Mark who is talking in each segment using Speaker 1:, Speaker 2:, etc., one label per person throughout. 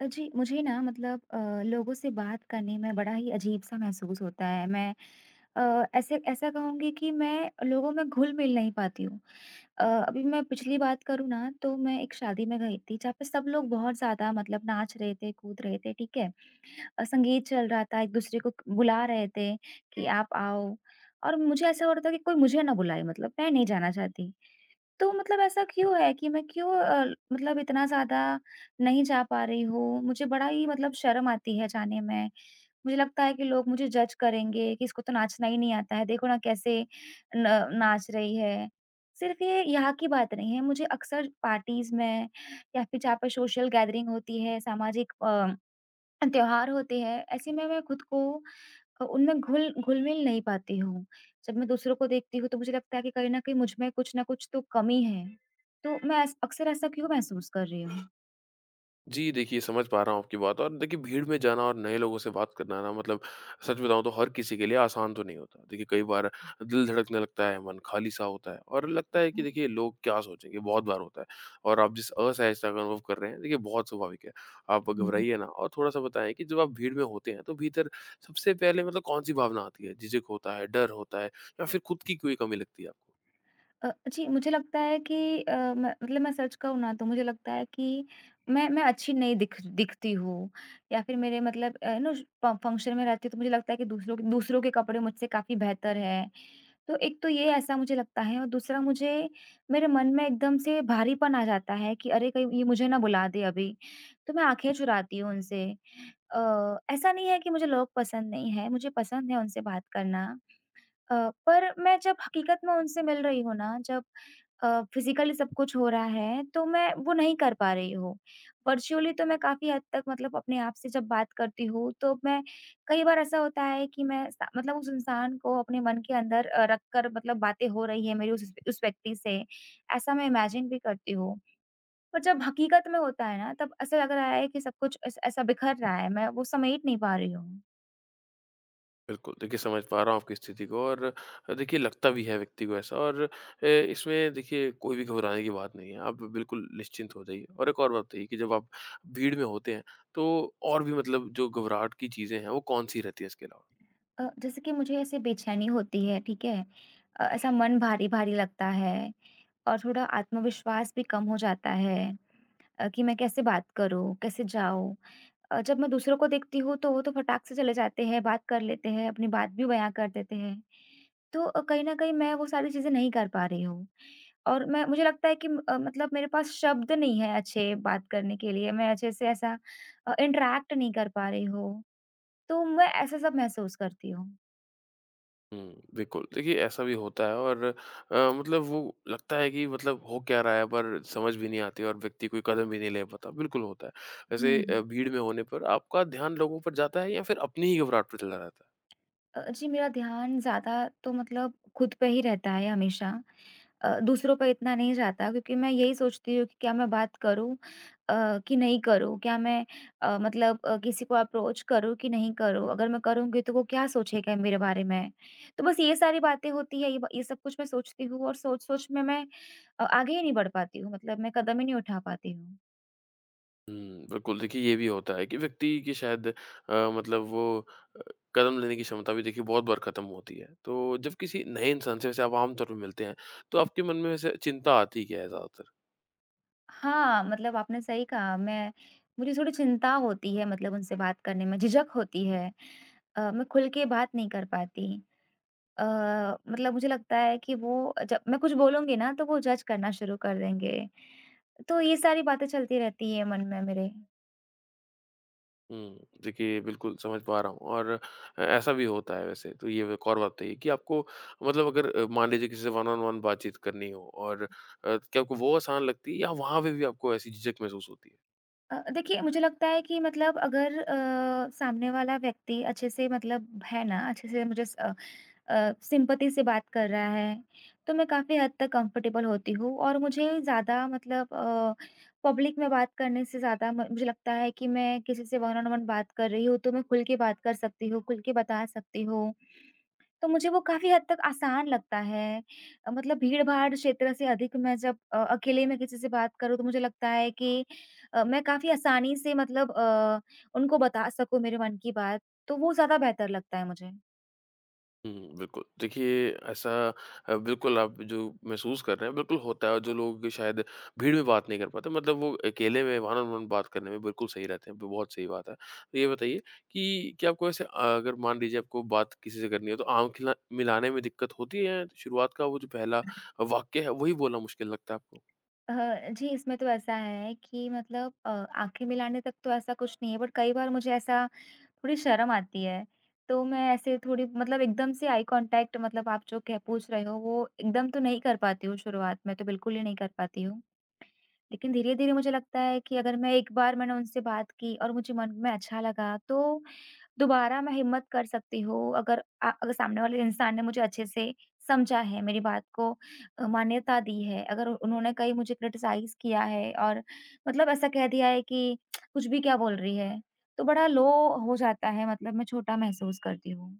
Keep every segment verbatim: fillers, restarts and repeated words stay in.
Speaker 1: अ, जी, मुझे ना मतलब अ, लोगों से बात करने में बड़ा ही अजीब-सा महसूस होता है। मैं अ, ऐसे ऐसा कहूँगी कि मैं लोगों में घुल-मिल नहीं पाती हूँ। अ, अभी मैं पिछली बात करूँ ना, तो मैं एक शादी में गई थी, जहाँ पे सब लोग बहुत ज़्यादा मतलब नाच रहे थे, कूद रहे थे, ठीक है? अ, संगीत चल रहा था, एक-दूसरे को क बुला रहे थे कि, "आप आओ।" और मुझे ऐसा हो रहा था कि कोई मुझे ना बुलाए मतलब मैं नहीं जाना चाहती। तो मतलब ऐसा क्यों है कि मैं क्यों अ, मतलब इतना ज़्यादा नहीं जा पा रही हूँ? मुझे बड़ा ही मतलब शर्म आती है जाने में। मुझे लगता है कि लोग मुझे जज करेंगे कि इसको तो नाचना ही नहीं आता है, देखो ना कैसे न नाच रही है। सिर्फ़ ये यहाँ की बात नहीं है, मुझे अक्सर पार्टीज़ में या फिर जहाँ पर सोशल गैदरिंग होती है, सामाजिक अ, त्योहार होते हैं, ऐसे में मैं खुद को अ, उनमें घुल घुल-मिल नहीं पाती हूँ। जब मैं दूसरों को देखती हूँ तो मुझे लगता है कि कहीं न कहीं मुझ में कुछ न कुछ तो कमी है। तो मैं ऐस अक्सर ऐसा क्यों महसूस कर रही हूँ?
Speaker 2: जी, देखिए समझ पा रहा हूँ आपकी बात। और देखिए भीड़ में जाना और नए लोगों से बात करना ना मतलब सच बताऊँ तो हर किसी के लिए आसान तो नहीं होता। देखिए कई बार दिल धड़कने लगता है, मन खाली-सा होता है और लगता है कि देखिए लोग क्या सोचेंगे, बहुत बार होता है। और आप जिस असहजता का अनुभव कर रहे हैं देखिए बहुत स्वाभाविक है। आप
Speaker 1: हुँ, हुँ।
Speaker 2: घबराइए ना, और थोड़ा-सा बताएँ कि जब आप भीड़ में होते हैं तो भीतर सबसे पहले मतलब कौन-सी भावना आती है? झिझक होता है, डर होता है या फिर खुद की कोई कमी लगती है आपको?
Speaker 1: अ, जी, मुझे लगता है कि अ, मैं मतलब मैं सच कहूँ ना तो मुझे लगता है कि मैं मैं अच्छी नहीं दिख दिखती हूँ या फिर मेरे मतलब अ, नो फ़ फंक्शन में रहती हूँ तो मुझे लगता है कि दूसरों के दूसरों के कपड़े मुझसे काफ़ी बेहतर है। तो एक तो ये ऐसा मुझे लगता है और दूसरा मुझे मेरे मन में एकदम से भारीपन आ जाता है कि अरे कहीं ये मुझे ना बुला दे अभी, तो मैं आँखें चुराती हूँ उनसे। अ, ऐसा नहीं है कि मुझे लोग पसंद नहीं हैं, मुझे पसंद है उनसे बात करना। अ, पर मैं जब हकीकत में उनसे मिल रही हूँ ना, जब अ, फिज़िकली सब कुछ हो रहा है, तो मैं वो नहीं कर पा रही हूँ। वर्चुअली तो मैं काफ़ी हद तक मतलब अपने आप से जब बात करती हूँ, तो मैं कई बार ऐसा होता है कि मैं सा मतलब उस इंसान को अपने मन के अंदर अ, रख कर मतलब बातें हो रही हैं मेरी उस उस व्यक्ति से, ऐसा मैं इमेजिन भी करती हूँ। पर जब हकीकत में होता है ना, तब ऐसा लग रहा है कि सब कुछ ऐस ऐसा बिखर रहा है, मैं वो समेट नहीं पा रही हूँ।
Speaker 2: बिल्कुल, देखिए समझ पा रहा हूँ आपकी स्थिति को। और देखिए लगता भी है व्यक्ति को ऐसा, और अ, इसमें देखिए कोई भी घबराने की बात नहीं है। आप बिल्कुल निश्चिंत हो जाइए, और एक और बात बताइए कि जब आप भीड़ में होते हैं तो और भी मतलब जो घबराहट की चीज़ें हैं वो कौन-सी रहती है इसके अलावा?
Speaker 1: अ, जैसे कि मुझे ऐसे बेचैनी होती है, ठीक है? अ, ऐसा मन भारी-भारी लगता है और थोड़ा आत्मविश्वास भी कम हो जाता है अ, कि मैं कैसे बात करूँ, कैसे जाऊँ? अ, जब मैं दूसरों को देखती हूँ, तो वो तो फटाक से चले जाते हैं, बात कर लेते हैं, अपनी बात भी बयाँ कर देते हैं। तो अ, कहीं न कहीं मैं वो सारी चीज़ें नहीं कर पा रही हूँ और मैं मुझे लगता है कि म- अ, मतलब मेरे पास शब्द नहीं है अच्छे बात करने के लिए, मैं अच्छे से ऐसा अ, इंटरैक्ट नहीं कर पा रही हूँ। तो मैं ऐसा सब महसूस करती हूँ।
Speaker 2: हुँ, बिल्कुल, देखिए ऐसा भी होता है। और अ, मतलब वो लगता है कि मतलब हो क्या रहा है पर समझ भी नहीं आती, और व्यक्ति कोई कदम भी नहीं ले पाता, बिल्कुल होता है। वैसे अ,
Speaker 1: हुँ।
Speaker 2: भीड़ में होने पर आपका ध्यान लोगों पर जाता है या फिर अपनी ही घबराहट पर चला रहता है?
Speaker 1: अ, जी, मेरा ध्यान ज़्यादा तो मतलब खुद पे ही रहता है हमेशा। अ, दूसरों पे इतना नहीं जाता क्योंकि मैं यही सोचती हूँ कि क्या मैं बात करूँ अ, कि नहीं करूँ? क्या मैं अ, मतलब अ, किसी को अप्रोच करूँ कि नहीं करूँ? अगर मैं करूँगी तो वो क्या सोचेगा मेरे बारे में? तो बस ये सारी बातें होती है, ये ब ये सब कुछ मैं सोचती हूँ और सोच-सोच में मैं अ, आगे ही नहीं बढ़ पाती हूँ, मतलब मैं कदम ही नहीं उठा पाती हूँ।
Speaker 2: हुँ, बिल्कुल, देखिए ये भी होता है कि व्यक्ति की शायद अ, मतलब वो कदम लेने की क्षमता भी देखिए बहुत बार खत्म होती है। तो जब किसी नए इंसान से वैसे आप आम तौर पे मिलते हैं, तो आपके मन में वैसे चिंता आती क्या है ज़्यादातर?
Speaker 1: हाँ, मतलब आपने सही कहा मैं मुझे थोड़ी चिंता होती है मतलब उनसे बात करने में, झिझक होती है। अ, मैं खुल के बात नहीं कर पाती। अ, मतलब मुझे लगता है कि वो जब मैं कुछ बोलूँगी ना तो वो जज करना शुरू कर देंगे। तो ये सारी बातें चलती रहती हैं मन में मेरे।
Speaker 2: हुँ, देखिए बिल्कुल समझ पा रहा हूँ। और अ, ऐसा भी होता है वैसे। तो ये एक और बात बताइए कि आपको मतलब अगर अ, मान लीजिए किसी से वन ऑन वन बातचीत करनी हो, और अ, क्या आपको वो आसान लगती है, या वहाँ पे भी आपको ऐसी झिझक महसूस होती है?
Speaker 1: अ, देखिए मुझे लगता है कि मतलब अगर अ, सामने वाला व्यक्ति अच्छे से मतलब है ना, अच्छे से मुझे अ अ, सिंपैथी से बात कर रहा है, तो मैं काफ़ी हद तक कंफर्टेबल होती हूँ और मुझे ज़्यादा मतलब अ, पब्लिक में बात करने से ज़्यादा म मुझे लगता है कि मैं किसी से वन ऑन वन बात कर रही हूँ, तो मैं खुल के बात कर सकती हूँ, खुल के बता सकती हूँ। तो मुझे वो काफ़ी हद तक आसान लगता है। अ, मतलब भीड़-भाड़ क्षेत्र से अधिक मैं जब अ, अकेले में किसी से बात करूँ तो मुझे लगता है कि अ, मैं काफ़ी आसानी से मतलब अ, उनको बता सकूँ मेरे मन की बात, तो वो ज़्यादा बेहतर लगता है मुझे।
Speaker 2: हुँ, बिल्कुल। देखिए ऐसा अ, बिल्कुल आप जो महसूस कर रहे हैं बिल्कुल होता है। और जो लोग शायद भीड़ में बात नहीं कर पाते मतलब वो अकेले में one-on-one बात करने में बिल्कुल सही रहते हैं, बहुत सही बात है। तो ये बताइए कि क्या आपको ऐसे अ, अगर मान लीजिए आपको बात किसी से करनी है तो आँख खिला मिलाने में दिक्कत होती है? शुरुआत का वो जो पहला वाक्य है वही बोलना मुश्किल लगता है आपको?
Speaker 1: अ, जी, इसमें तो ऐसा है कि मतलब अ, आँखें मिलाने तक तो ऐसा कुछ नहीं है बट कई बार मुझे ऐसा थोड़ी शर्म आती है। तो मैं ऐसे थोड़ी मतलब एकदम से आई कॉन्टैक्ट मतलब आप जो कह पूछ रहे हो वो एकदम तो नहीं कर पाती हूँ शुरुआत में, तो बिल्कुल ही नहीं कर पाती हूँ। लेकिन धीरे-धीरे मुझे लगता है कि अगर मैं एक बार मैंने उनसे बात की और मुझे मन में अच्छा लगा, तो दोबारा मैं हिम्मत कर सकती हूँ। अगर अ, अगर सामने वाले इंसान ने मुझे अच्छे से समझा है, मेरी बात को अ, मान्यता दी है, अगर उ- उन्होंने कहीं मुझे क्रिटिसाइज़ किया है और मतलब ऐसा कह दिया है कि कुछ भी क्या बोल रही है, तो बड़ा लो हो जाता है मतलब मैं छोटा महसूस करती हूँ।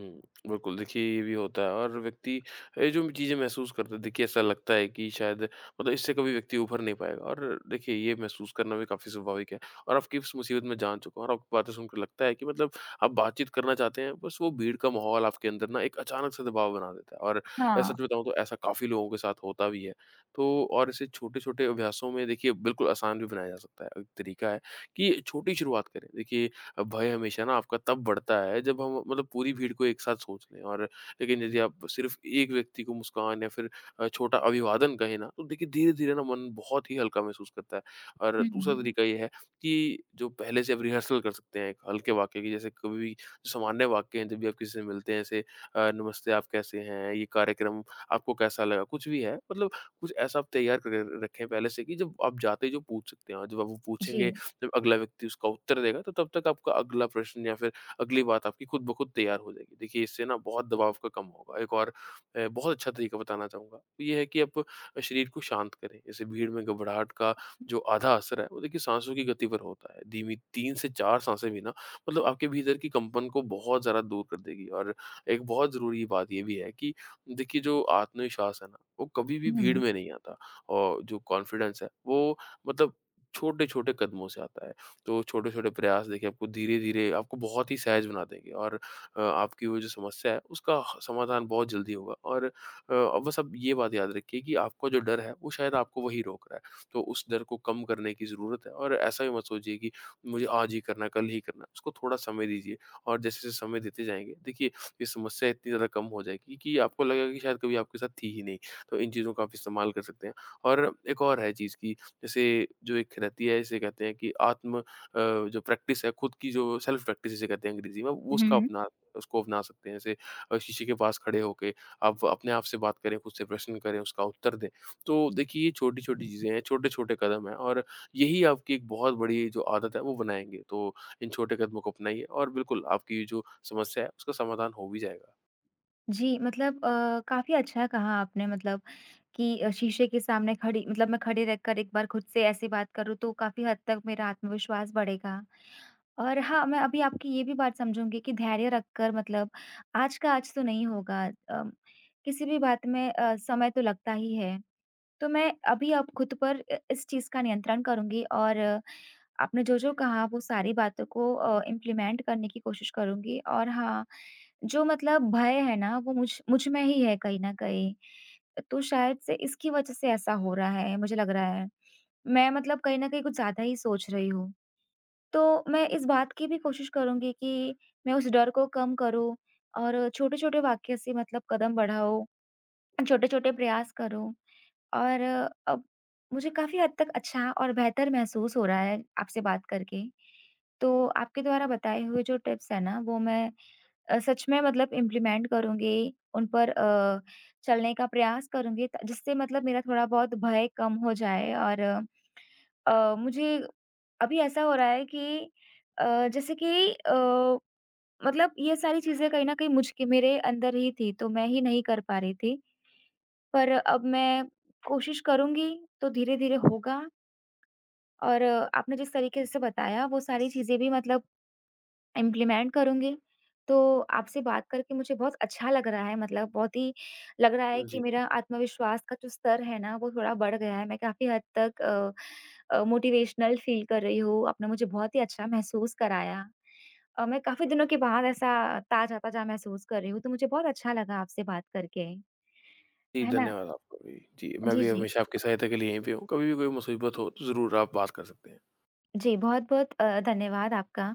Speaker 2: हुँ, बिल्कुल, देखिए ये भी होता है। और व्यक्ति ये जो चीज़ें महसूस करता है देखिए ऐसा लगता है कि शायद मतलब इससे कभी व्यक्ति उभर नहीं पाएगा। और देखिए ये महसूस करना भी काफ़ी स्वाभाविक है, और आपकी इस मुसीबत में जान चुका हूँ। और आपकी बातें सुनकर लगता है कि मतलब आप बातचीत करना चाहते हैं, बस वो भीड़ का माहौल आपके अंदर ना एक अचानक से दबाव बना देता है। और अ,
Speaker 1: हाँ।
Speaker 2: सच बताऊँ तो ऐसा काफ़ी लोगों के साथ होता भी है। तो और इसे छोटे-छोटे अभ्यासों में देखिए बिल्कुल आसान भी बनाया जा सकता है। एक तरीका है कि छोटी शुरुआत करें। देखिए भय हमेशा ना आपका तब बढ़ता है जब हम मतलब पूरी भीड़ को एक साथ सोच लें, और लेकिन यदि आप सिर्फ एक व्यक्ति को मुस्कान या फिर अ, छोटा अभिवादन कहें ना तो देखिए धीरे धीरे ना मन बहुत ही हल्का महसूस करता है। और दूसरा
Speaker 1: हुँ।
Speaker 2: तरीका ये है कि जो पहले से आप रिहर्सल कर सकते हैं एक हल्के वाक्य की, जैसे कभी भी जो सामान्य वाक्य हैं जब भी आप किसी से मिलते हैं, ऐसे अ, नमस्ते, आप कैसे हैं, ये कार्यक्रम आपको कैसा लगा, कुछ भी है मतलब कुछ ऐसा आप तैयार कर रखें पहले से कि जब आप जाते ही जो पूछ सकते हैं। और जब आप वो पूछेंगे,
Speaker 1: जी।
Speaker 2: जब अगला व्यक्ति उसका उत्तर देगा, तो तब तक आपका अगला प्रश्न या फिर अगली बात आपकी खुद ब खुद तैयार हो जाएगी। देखिए इससे ना बहुत दबाव का कम होगा। एक और अ, बहुत अच्छा तरीका बताना चाहूँगा, तो ये है कि आप शरीर को शांत करें। जैसे भीड़ में घबराहट का जो आधा असर है वो देखिए सांसों की गति पर होता है। धीमी तीन से चार सांसें भी ना मतलब आपके भीतर की कंपन को बहुत ज़्यादा दूर कर देगी। और एक बहुत ज़रूरी बात ये भी है कि देखिए जो आत्मविश्वास है ना, वो कभी भी भीड़
Speaker 1: हुँ।
Speaker 2: में नहीं आता, और जो कॉन्फिडेंस है वो मतलब छोटे-छोटे कदमों से आता है। तो छोटे-छोटे प्रयास देखिए आपको धीरे-धीरे आपको बहुत ही सहज बना देंगे। और अ, आपकी वो जो समस्या है उसका ह समाधान बहुत जल्दी होगा। और अ, अब बस आप ये बात याद रखिए कि आपका जो डर है वो शायद आपको वही रोक रहा है। तो उस डर को कम करने की ज़रूरत है, और ऐसा भी मत सोचिए कि मुझे आज ही करना है, कल ही करना है, उसको थोड़ा समय दीजिए। और जैसे-जैसे समय देते जाएँगे देखिए ये समस्या इतनी ज़्यादा कम हो जाएगी कि आपको लगेगा कि शायद कभी आपके साथ थी ही नहीं। तो इन चीज़ों का आप इस्तेमाल कर सकते हैं। और एक और है चीज़ कि जैसे जो एक रहती है इसे कहते हैं कि आत्म अ, जो प्रैक्टिस है खुद की, जो सेल्फ प्रैक्टिस जिसे कहते हैं अंग्रेजी में, वो
Speaker 1: हुँ,
Speaker 2: उसका
Speaker 1: हुँ।
Speaker 2: अपना उसको अपना सकते हैं। जैसे अ, शीशे के पास खड़े होके आप अपने आप से बात करें, खुद से प्रश्न करें, उसका उत्तर दें। तो देखिए ये छोटी-छोटी चीज़ें हैं, छोटे-छोटे कदम हैं, और यही आपकी एक बहुत बड़ी जो आदत है वो बनाएँगे। तो इन छोटे कदमों को अपनाइए और बिल्कुल आपकी जो समस्या है उसका समाधान हो भी जाएगा।
Speaker 1: जी, मतलब अ, काफ़ी अच्छा कहा आपने मतलब कि अ, शीशे के सामने खड़ी मतलब मैं खड़े रहकर एक बार खुद से ऐसी बात करूँ तो काफ़ी हद तक मेरा आत्मविश्वास बढ़ेगा। और हाँ, मैं अभी आपकी ये भी बात समझूँगी कि धैर्य रखकर मतलब आज का आज तो नहीं होगा अ, किसी भी बात में अ, समय तो लगता ही है। तो मैं अभी अब खुद पर अ, इस चीज़ का नियंत्रण करूँगी और आपने जो-जो कहा वो सारी बातों को अ, इम्प्लीमेंट करने की कोशिश करूँगी और हाँ, जो मतलब भय है ना वो मुझ मुझ में ही है कहीं न कहीं। तो शायद से इसकी वजह से ऐसा हो रहा है, मुझे लग रहा है। मैं मतलब कहीं न कहीं कुछ ज़्यादा ही सोच रही हूँ। तो मैं इस बात की भी कोशिश करूँगी कि मैं उस डर को कम करूँ और छोटे-छोटे वाक्य से मतलब कदम बढ़ाऊँ, छोटे-छोटे प्रयास करूँ और अब मुझे काफ़ी हद तक अच्छा और बेहतर महसूस हो रहा है आपसे बात करके। तो आपके द्वारा बताए हुए जो टिप्स हैं ना वो मैं अ, सच में मतलब इम्प्लीमेंट करूँगी, उन पर अ, चलने का प्रयास करूँगी त जिससे मतलब मेरा थोड़ा बहुत भय कम हो जाए और अ, मुझे अभी ऐसा हो रहा है कि अ, जैसे कि अ, मतलब ये सारी चीज़ें कहीं न कहीं मुझ के मेरे अंदर ही थी, तो मैं ही नहीं कर पा रही थी। पर अब मैं कोशिश करूँगी तो धीरे-धीरे होगा और अ, आपने जिस तरीके से बताया वो सारी चीज़ें भी मतलब इम्प्लीमेंट करूँगी। तो आपसे बात करके मुझे बहुत अच्छा लग रहा है मतलब बहुत ही लग रहा है कि
Speaker 2: जी।
Speaker 1: मेरा आत्मविश्वास का जो स्तर है ना वो थोड़ा बढ़ गया है। मैं काफ़ी हद तक अ अ, मोटिवेशनल फ़ील कर रही हूँ। आपने मुझे बहुत ही अच्छा महसूस कराया। अ, मैं काफ़ी दिनों के बाद ऐसा ताज़ा-ताज़ा महसूस कर रही हूँ, तो मुझे बहुत अच्छा लगा आपसे बात करके।
Speaker 2: जी,
Speaker 1: है ना?
Speaker 2: धन्यवाद आपका भी। जी, मैं
Speaker 1: जी,
Speaker 2: भी
Speaker 1: जी।
Speaker 2: हमेशा आपकी सहायता के लिए यहीं पे हूँ। कभी भी कोई मुसीबत हो तो ज़रूर आप बात कर सकते हैं।
Speaker 1: जी, बहुत-बहुत अ, धन्यवाद आपका।